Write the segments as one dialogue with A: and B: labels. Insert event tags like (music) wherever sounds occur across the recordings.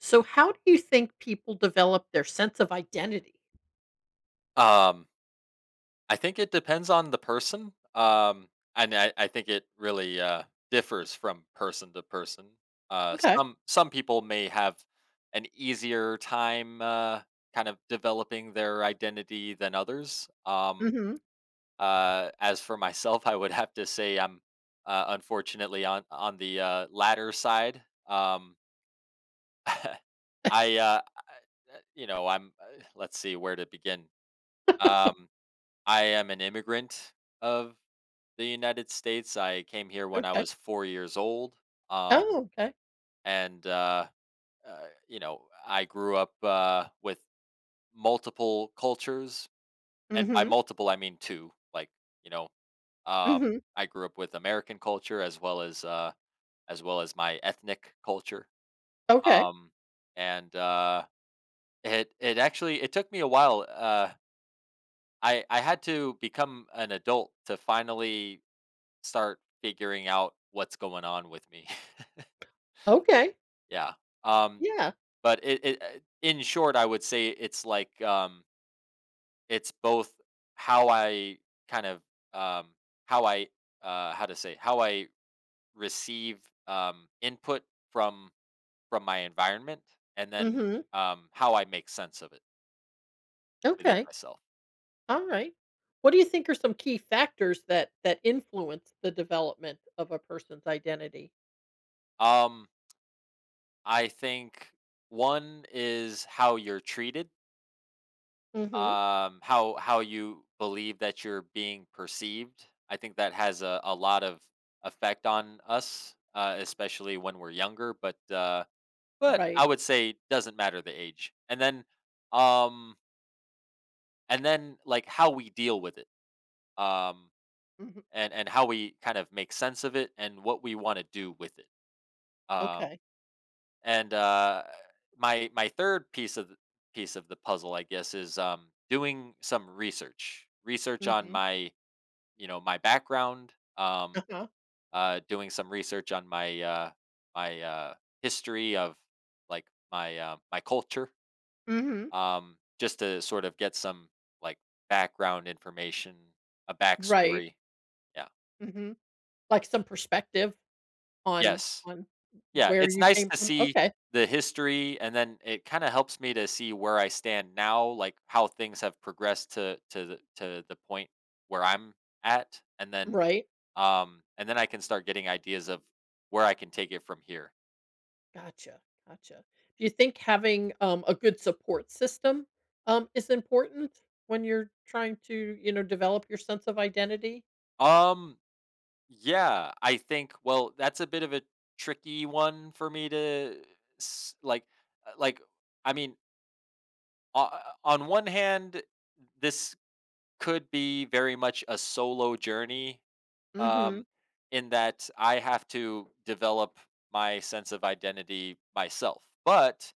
A: So how do you think people develop their sense of identity?
B: Um, I think it depends on the person. And I think it really differs from person to person. Uh,
A: Okay.
B: some some people may have an easier time kind of developing their identity than others.
A: Mhm.
B: As for myself, (laughs) I would have to say I'm unfortunately on the latter side. (laughs) I- you know, I'm. Let's see where to begin. Um, I am an immigrant of the United States. I came here when I
A: Okay.
B: was 4 years old. um,
A: Oh, okay.
B: and uh, I grew up with multiple cultures, and by
A: Mhm.
B: multiple I mean two. Like, you know, um,
A: Mhm.
B: I grew up with American culture as well as my ethnic culture.
A: Okay.
B: Um, and uh, it it actually it took me a while. I had to become an adult to finally start figuring out what's going on with me.
A: Okay.
B: (laughs) Yeah. Um
A: Yeah.
B: but it in short I would say it's like it's both how I kind of um how I, how to say, how I receive input from from my environment, and then
A: Mhm.
B: how I make sense of it within
A: Okay.
B: myself.
A: All right. What do you think are some key factors that influence the development of a person's identity?
B: Um I think one is how you're treated,
A: Mhm.
B: how you believe that you're being perceived. I think that has a lot of effect on us, especially when we're younger. But I
A: Right.
B: would say doesn't matter the age. Um, and then like how we deal with it, um,
A: Mhm.
B: and how we kind of make sense of it, and what we want to do with it. Um,
A: Okay.
B: and My third piece of the puzzle, I guess, is, doing some research on
A: Mhm.
B: my, my background,
A: Uh-huh.
B: doing some research on my history of, like, my culture,
A: Mhm.
B: just to sort of get some, like, background information, a
A: Right.
B: backstory. Yeah.
A: Mhm. Like some perspective on
B: Yes.
A: on
B: Yeah.
A: where
B: It's
A: you
B: nice
A: came
B: to
A: from.
B: see
A: Okay.
B: the history, and then it kind of helps me to see where I stand now, like how things have progressed to the point where I'm at,
A: Right.
B: And then I can start getting ideas of where I can take it from here.
A: Gotcha, gotcha. Do you think having, a good support system, is important when you're trying to, you know, develop your sense of identity?
B: Um, yeah, I think, well, that's a bit of a tricky one for me to s- like uh, like I mean, uh, on one hand, this could be very much a solo journey,
A: Mhm,
B: um, in that I have to develop my sense of identity myself. But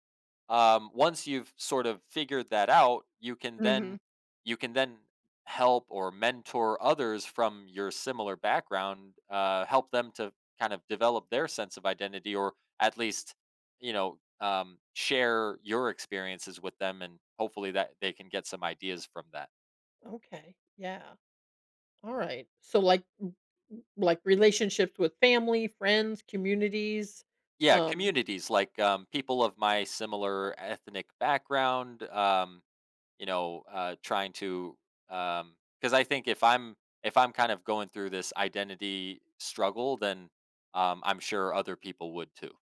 B: once you've sort of figured that out, you can
A: mhm.
B: then help or mentor others from your similar background, help them to kind of develop their sense of identity, or at least, share your experiences with them, and hopefully that they can get some ideas from that.
A: Okay, yeah, alright. So, like relationships with family, friends, communities,
B: Yeah,
A: um
B: communities, like, people of my similar ethnic background. Trying to, because I think if I'm kind of going through this identity struggle, then, I'm sure other people would too.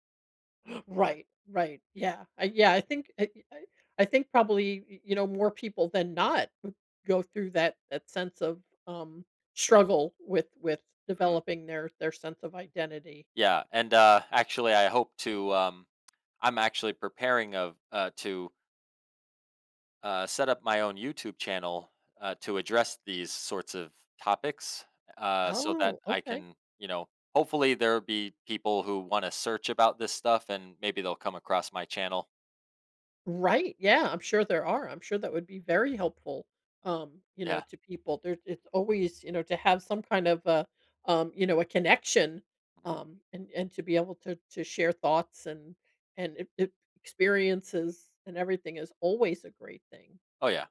A: Right, right. Yeah. I yeah, I think I I think probably, y you know, more people than not would go through that sense of, um, struggle with
B: Mhm.
A: developing their sense of identity.
B: Yeah, and, actually, I hope to. I'm actually preparing of, to, set up my own YouTube channel, to address these sorts of topics, so that
A: Oh,
B: I
A: okay.
B: can, hopefully there'll be people who want to search about this stuff and maybe they'll come across my channel.
A: Right, yeah, I'm sure there are, I'm sure that would be very helpful, you know,
B: Yeah.
A: to people. There it's always, you know, to have some kind of a, you know, a connection,
B: Hmm.
A: and to be able to share thoughts and e e experiences and everything is always a great thing.
B: Oh, yeah.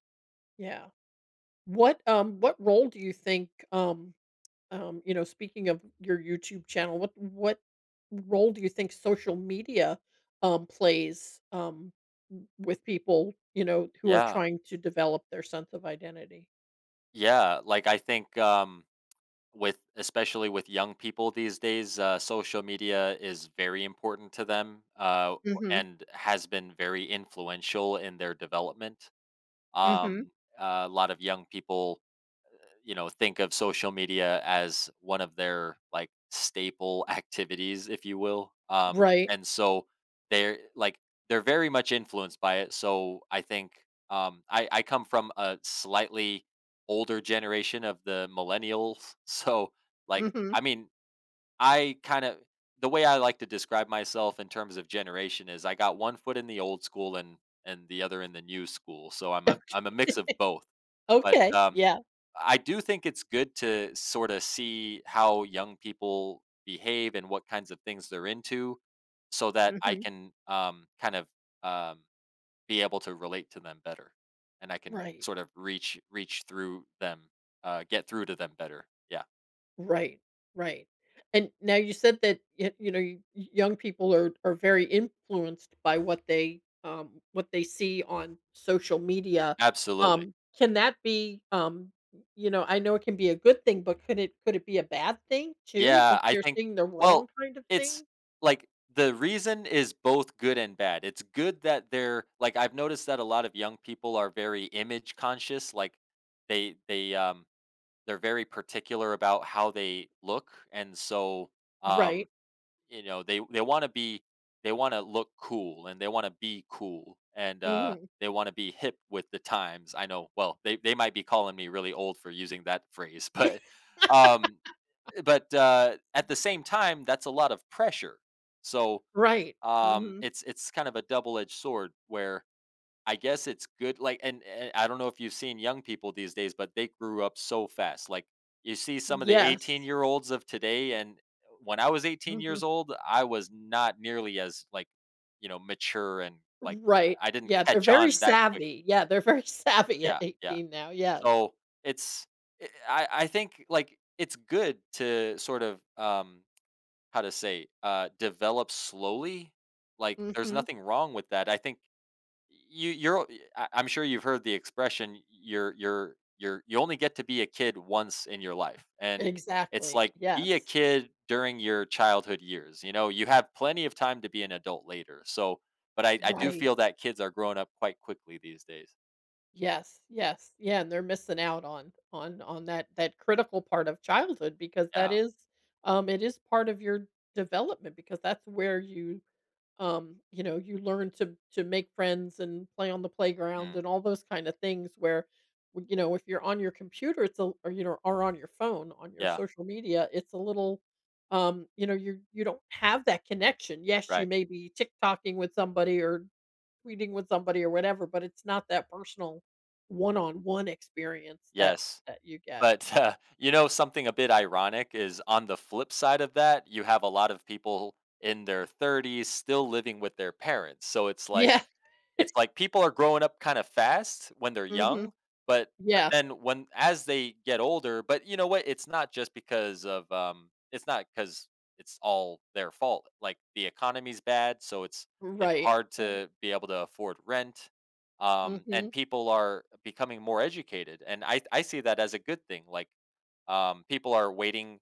A: Yeah. What role do you think, you know, speaking of your YouTube channel, what role do you think social media, plays, w with people, you know, who are
B: Yeah.
A: trying to develop their sense of identity?
B: Yeah. Like, I think, with especially with young people these days, social media is very important to them,
A: Mhm,
B: and has been very influential in their development.
A: mhm.
B: Um, a lot of young people, think of social media as one of their, like, staple (laughs) activities, if you will.
A: Right.
B: And so they're like they're very much influenced by it. So I think, I come from a slightly older generation of the millennials. (laughs) So, like,
A: Mhm.
B: I mean, I kind of the way I like to describe myself in terms of generation is I got one foot in the old school, and the other in the new school. So I'm
A: (laughs)
B: a I'm a
A: Okay.
B: mix of both. But
A: Okay, yeah.
B: I do think it's good to sort of see how young people behave and what kinds of things they're into, so that I
A: Mhm.
B: can, kind of, um, be able to relate to them better, and I can
A: Right.
B: sort of reach through them, get through to them better. Yeah,
A: Right, right. And now you said that y you know, y young people are very influenced by what they see on social media.
B: absolutely.
A: Can that be, you know, I know it can be a good thing, but could it be a bad thing too if
B: Yeah, I
A: they're
B: think,
A: seeing the wrong
B: well,
A: kind of
B: it's
A: thing?
B: like the reason is both good and bad. It's good that they're like I've noticed that a lot of young people are very image conscious. Like, they they um they're very particular about how they look, and so, um,
A: Right.
B: you know, they they wanna be they wanna look cool, and they wanna be cool, and,
A: Mhm.
B: they wanna be hip with the times. I know, well, they might be calling me really old for using that phrase, (laughs) but, um at the same time, that's a lot of pressure. So,
A: Right.
B: um,
A: Mhm.
B: it's it's kind of a double-edged sword where I guess it's good, like, and I don't know if you've seen young people these days, but they grew up so fast. Like, you see some of the
A: Yes.
B: 18-year-olds of today, and when I was 18
A: Mhm.
B: years old, I was not nearly as, like, mature and like
A: Right.
B: I didn't
A: Yeah, they're
B: catch
A: very
B: on that quick.
A: savvy. Yeah, they're very (laughs) savvy at
B: Yeah, yeah.
A: 18 now, yes.
B: So it's, I think, like, it's good to sort of, how to say, develop slowly. Like, there's
A: Mhm.
B: nothing wrong with that. I think you you're o- I I'm sure you've heard the expression, you only get to be a kid once in your life, and it's
A: Exactly,
B: like, be a
A: yes.
B: kid during your childhood years. You know, you have plenty of time to be an adult later, so but I do
A: Right.
B: feel that kids are growing up quite quickly these days.
A: Yes, yes, yeah, and they're missing out on that that critical part of childhood because that
B: Yeah.
A: is, it is part of your development because that's where you, you know, you learn to make friends and play on the playground
B: Mm.
A: and all those kind of things where, w you know, if you're on your computer, it's a or, you know, or on your phone, on your
B: Yeah.
A: social media, it's a little, you know, you don't have that connection. Yes, you
B: Right.
A: may be TikToking with somebody or reading with somebody or whatever, but it's not that personal one-on-one experience that
B: Yes.
A: that you get. (laughs)
B: But (laughs) you know, something a bit ironic is on the flip side of that, you have a lot of people in their 30s still living with their parents. So it's like,
A: Yeah.
B: it's like people are growing up kinda fast when they're
A: Mhm.
B: young, but
A: Yeah.
B: then when as they get older, but you know what, it's not just because of, it's not because it's all their fault. Like, the economy's bad, so it's
A: Right.
B: hard
A: Right.
B: to be able to afford rent,
A: Mhm.
B: and people are becoming more educated, and I see that as a good thing, like, people are waiting,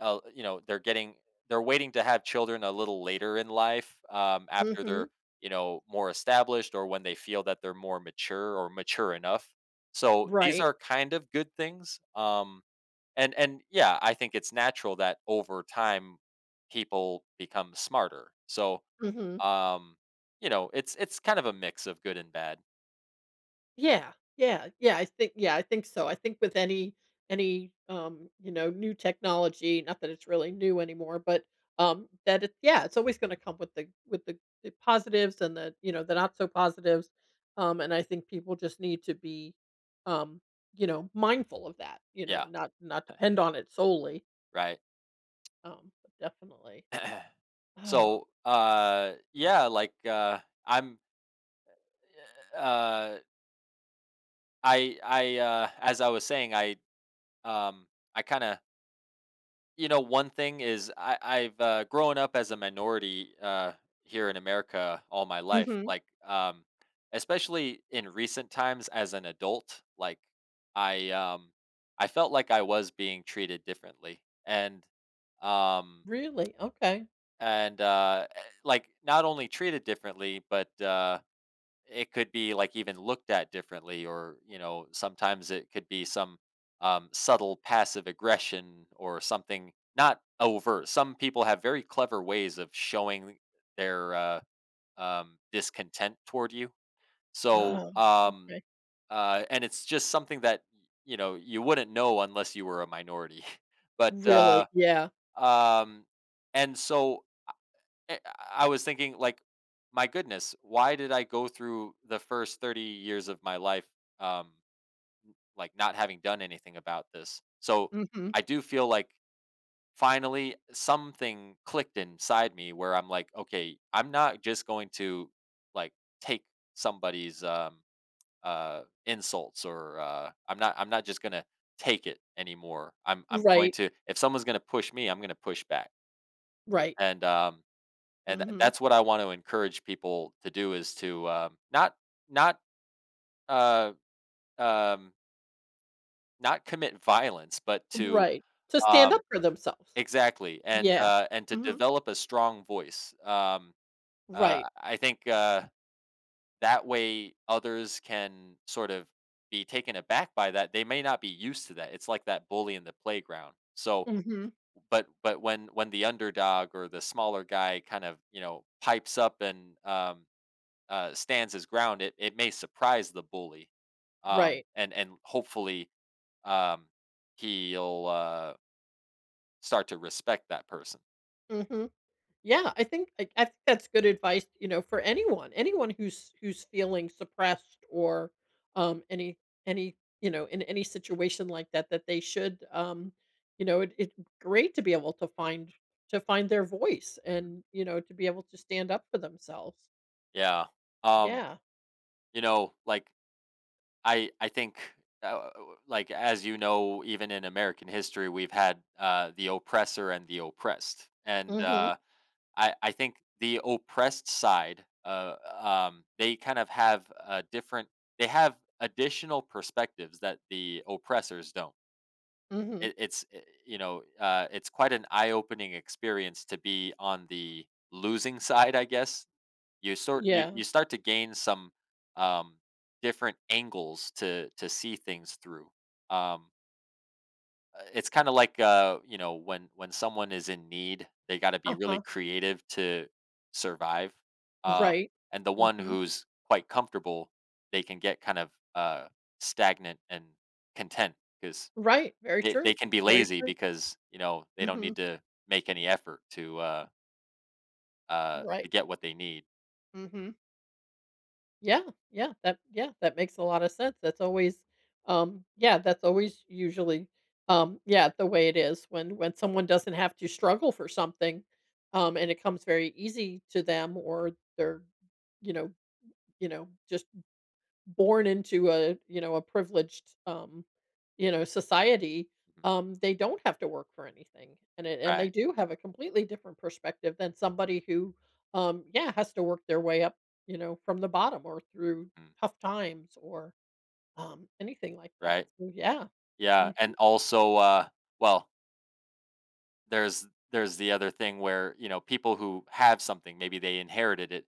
B: you know, they're waiting to have children a little later in life, after
A: Mhm.
B: they're, you know, more established or when they feel that they're more mature or mature enough. So these
A: Right.
B: are kind of good things. And yeah, I think it's natural that over time people become smarter. So,
A: Mhm.
B: um, you know, it's kind of a mix of good and bad.
A: Yeah, yeah, yeah, I think so. I think with any, you know, new technology, not that it's really new anymore, but, that it yeah, it's always gonna come with the positives and the, you know, the not so positives, and I think people just need to be, um, you know, mindful of that, you know,
B: Yeah,
A: and not depend on it solely,
B: right.
A: but definitely.
B: (clears throat)
A: Oh,
B: So yeah, like I'm uh I as I was saying, um I kind of you know, one thing is, I've grown up as a minority here in America all my life.
A: mhm,
B: Especially in recent times as an adult, like I um I felt like I was being treated differently, and um
A: really? Okay.
B: and like not only treated differently, but it could be, like, even looked at differently, or you know, sometimes it could be some, subtle passive aggression or something not overt. Some people have very clever ways of showing their, discontent toward you. So,
A: Oh, okay.
B: and it's just something that, you know, you wouldn't know unless you were a minority. (laughs) but
A: Really? Yeah.
B: um, and so Eh, I was thinking, like, my goodness, why did I go through the first 30 years of my life, um, like, not having done anything about this? So
A: Mhm.
B: I do feel like finally something clicked inside me, where I'm like, okay, I'm not just going to, like, take somebody's, insults, or, I'm not just going to take it anymore. I'm going
A: Right,
B: to, if someone's going to push me, I'm going to push back.
A: right.
B: And, th
A: Mhm.
B: that's what I want to encourage people to do, is to, not, uh, um, not commit violence, but to,
A: Right. To stand
B: um
A: up for themselves.
B: exactly, and,
A: Yeah.
B: uh, and to
A: Mhm.
B: develop a strong voice.
A: Right.
B: I think, that way others can sort of be taken aback by that. They may not be used to that. It's like that bully in the playground. So,
A: Mhm.
B: but when the underdog or the smaller guy kind of, you know, pipes up and, stands his ground, it may surprise the bully, um,
A: Right.
B: and and hopefully, um, he'll, start to respect that person.
A: Mhm. Yeah, I think I think that's good advice, you know, for anyone. Anyone who's who's feeling suppressed or, um, any any, you know, in any situation like that, that they should, you know, it it's great to be able to find their voice
B: Mm.
A: and, you know, to be able to stand up for themselves.
B: Yeah. Um,
A: Yeah.
B: you know, like I think, uh, like, as you know, even in American history, we've had the oppressor and the oppressed. And
A: Mhm.
B: I think the oppressed side, they kind of have a different they have additional perspectives that the oppressors don't.
A: Mhm.
B: It, it's You know, it's quite an eye-opening experience to be on the losing (laughs) side, I guess. You,
A: Yeah.
B: you start to gain some, um, different angles to see things through. um, it's kind of like, you know, when someone is in need, they got to be really
A: Uh-huh.
B: creative to survive. um,
A: Right.
B: and the one
A: Mhm.
B: who's quite comfortable, they can get kind of, stagnant and content, because
A: Right, very
B: they
A: true,
B: can be
A: very
B: lazy
A: true.
B: because, you know, they don't
A: Mhm,
B: need to make any effort
A: right,
B: to get what they need.
A: mhm. Yeah, yeah, that yeah, that makes a lot of sense. That's always, yeah, that's always usually, yeah, the way it is when someone doesn't have to struggle for something, and it comes very easy to them or they're, you know you know, just born into a you know a privileged you know society
B: Mhm.
A: they don't have to work for anything and it, and they
B: Right.
A: do have a completely different perspective than somebody who yeah has to work their way up you know from the bottom or through
B: Mm.
A: tough times or anything like that
B: Right.
A: so yeah hmm
B: Yeah, and also, well, there's the other thing where, you know, people who have something, maybe they inherited it,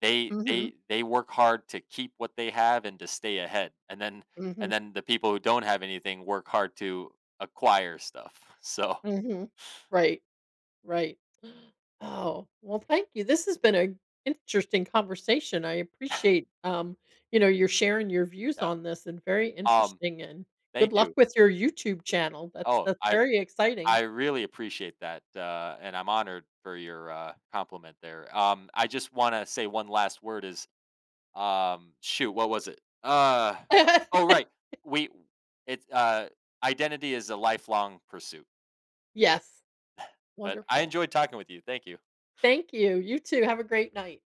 B: they
A: hmm
B: they they work hard to keep what they have and to stay ahead, and then
A: hmm
B: the people who don't have anything work hard to acquire stuff. (laughs) So,
A: hmm right. Right. Oh, well, thank you. This has been a interesting conversation. I appreciate, you know, you're sharing your views
B: yeah.
A: on this and very
B: Um,
A: interesting and good
B: Thank
A: luck
B: you.
A: with your YouTube channel.
B: Oh,
A: That's
B: I
A: very exciting.
B: I really appreciate that, and I'm honored for your, compliment there. I just want to say one last word is, shoot, what was it? Oh, right.
A: (laughs)
B: We it Identity is a lifelong pursuit.
A: yes.
B: But I
A: Wonderful.
B: enjoyed talking with you. Thank you.
A: Thank you. You too. Have a great night.